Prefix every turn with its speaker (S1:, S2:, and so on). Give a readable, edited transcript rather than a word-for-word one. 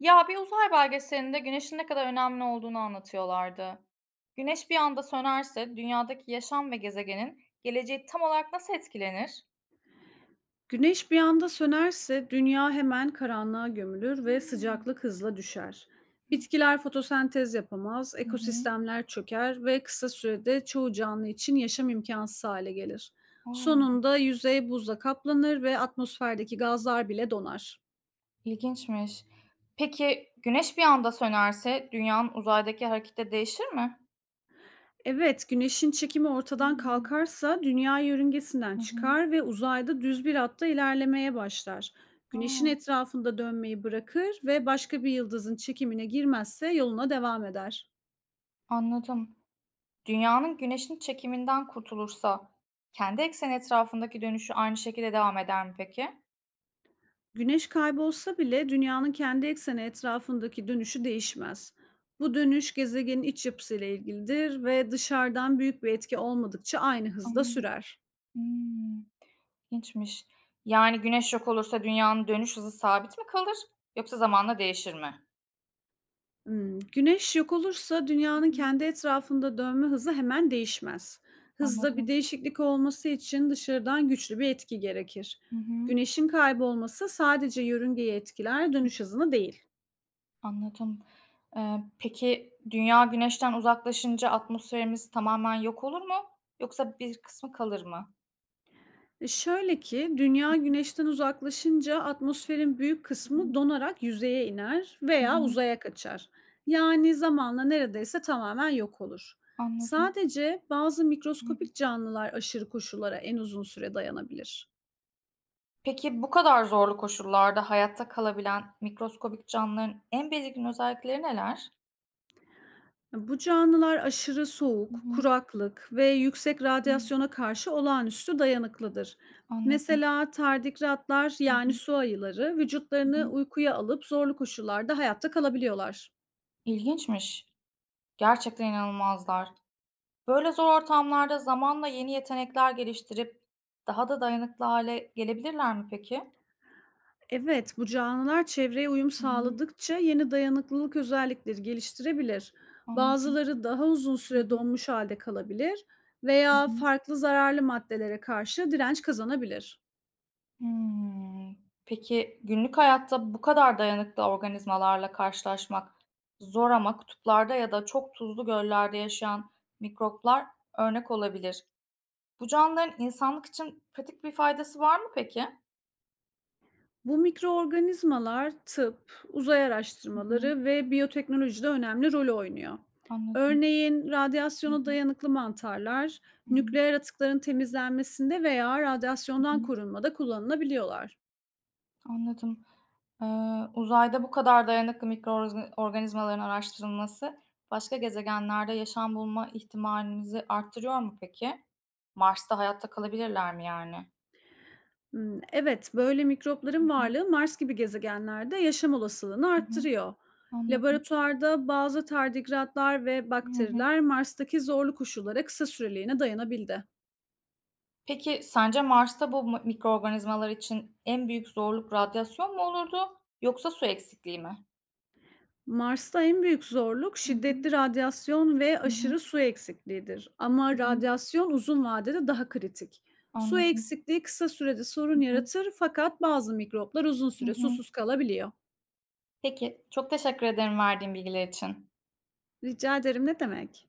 S1: Ya, bir uzay belgeselinde güneşin ne kadar önemli olduğunu anlatıyorlardı. Güneş bir anda sönerse dünyadaki yaşam ve gezegenin geleceği tam olarak nasıl etkilenir?
S2: Güneş bir anda sönerse dünya hemen karanlığa gömülür ve
S1: Hımm.
S2: sıcaklık hızla düşer.
S1: Hı hı.
S2: Bitkiler fotosentez yapamaz,
S1: Hı hı.
S2: ekosistemler çöker ve kısa sürede çoğu canlı için yaşam imkansız hale gelir. Sonunda yüzey buzla kaplanır ve atmosferdeki gazlar bile donar.
S1: İlginçmiş. Peki, güneş bir anda sönerse dünyanın uzaydaki hareketi değişir mi?
S2: Evet, Güneş'in çekimi ortadan
S1: Hımm.
S2: kalkarsa Dünya yörüngesinden
S1: Hı hı.
S2: çıkar ve uzayda düz bir hatta ilerlemeye başlar. Güneş'in
S1: A!
S2: etrafında dönmeyi bırakır ve başka bir yıldızın çekimine girmezse yoluna devam eder.
S1: Anladım. Dünyanın güneşin çekiminden kurtulursa kendi ekseni etrafındaki dönüşü aynı şekilde devam eder mi peki?
S2: Güneş kaybolsa bile Dünya'nın kendi ekseni etrafındaki dönüşü değişmez. Bu dönüş gezegenin iç yapısıyla ilgilidir ve dışarıdan büyük bir etki olmadıkça aynı hızda
S1: Anladım.
S2: sürer.
S1: Hımm. İlginçmiş. Yani Güneş yok olursa dünyanın dönüş hızı sabit mi kalır yoksa zamanla değişir mi?
S2: Güneş yok olursa
S1: Hı
S2: dünyanın
S1: hı.
S2: kendi etrafında dönme hızı hemen değişmez. Hızda bir
S1: Anladım.
S2: değişiklik olması için dışarıdan güçlü bir etki gerekir.
S1: Hı hı,
S2: Güneşin kaybolması sadece yörüngeyi etkiler, dönüş hızını değil.
S1: anladım. Peki dünya Güneş'ten uzaklaşınca atmosferimiz tamamen yok olur mu yoksa bir kısmı kalır mı?
S2: Dünya güneşten uzaklaşınca atmosferin büyük
S1: Hı hı.
S2: kısmı donarak yüzeye iner
S1: Hı
S2: veya
S1: hı,
S2: uzaya kaçar. Yani zamanla neredeyse tamamen yok olur.
S1: anladım.
S2: Sadece bazı
S1: Hı hı.
S2: mikroskopik canlılar aşırı koşullara en uzun süre dayanabilir.
S1: Peki bu kadar zorlu koşullarda hayatta kalabilen mikroskobik canlıların en belirgin özellikleri neler?
S2: Bu canlılar aşırı
S1: Hı
S2: soğuk,
S1: hı,
S2: kuraklık ve yüksek
S1: hı.
S2: radyasyona karşı olağanüstü dayanıklıdır.
S1: Anladım.
S2: Mesela tardigratlar
S1: Hı
S2: yani
S1: hı,
S2: su ayıları
S1: hı
S2: vücutlarını
S1: hı.
S2: uykuya alıp zorlu koşullarda hayatta kalabiliyorlar.
S1: İlginçmiş. Gerçekten inanılmazlar. Böyle zor ortamlarda zamanla yeni yetenekler geliştirip daha da dayanıklı hale gelebilirler mi peki?
S2: Evet, bu canlılar çevreye uyum
S1: Hı hı.
S2: sağladıkça yeni dayanıklılık özellikleri geliştirebilir.
S1: Anladım.
S2: Bazıları daha uzun
S1: Hı
S2: süre
S1: hı.
S2: donmuş halde kalabilir
S1: Hı
S2: veya
S1: hı.
S2: farklı zararlı maddelere karşı direnç kazanabilir.
S1: Hımm. Peki günlük hayatta bu kadar dayanıklı organizmalarla karşılaşmak zor ama kutuplarda ya da çok tuzlu göllerde yaşayan mikroplar örnek olabilir. Bu canlıların insanlık için pratik bir faydası var mı peki?
S2: Bu mikroorganizmalar tıp, uzay
S1: Hı hı.
S2: araştırmaları ve biyoteknolojide önemli rol oynuyor.
S1: Anladım.
S2: Örneğin
S1: Hı
S2: radyasyona
S1: hı.
S2: dayanıklı mantarlar
S1: Hı hı.
S2: nükleer atıkların temizlenmesinde veya
S1: Hı
S2: radyasyondan
S1: hı.
S2: korunmada kullanılabiliyorlar.
S1: Anladım. Uzayda bu kadar dayanıklı mikroorganizmaların araştırılması başka gezegenlerde yaşam bulma ihtimalimizi arttırıyor mu peki? Mars'ta hayatta kalabilirler mi yani?
S2: Evet, böyle
S1: Hı
S2: mikropların
S1: hı.
S2: varlığı Mars gibi gezegenlerde yaşam olasılığını
S1: Hı hı.
S2: arttırıyor.
S1: Anladım.
S2: Laboratuvarda bazı tardigratlar ve
S1: Hı hı.
S2: bakteriler Mars'taki zorlu koşullara kısa süreliğine dayanabildi.
S1: Peki sence Mars'ta bu mikroorganizmalar için en büyük zorluk radyasyon mu olurdu yoksa su eksikliği mi?
S2: Mars'ta en büyük zorluk
S1: Hı hı.
S2: şiddetli radyasyon ve
S1: Hı hı.
S2: aşırı su eksikliğidir.
S1: Hı
S2: Ama
S1: hı.
S2: radyasyon uzun vadede daha kritik. Su
S1: Anladım.
S2: eksikliği kısa sürede sorun
S1: Hı hı.
S2: yaratır fakat bazı mikroplar uzun
S1: Hı
S2: süre
S1: hı.
S2: susuz kalabiliyor.
S1: Peki çok teşekkür ederim verdiğin bilgiler için.
S2: Rica ederim, ne demek?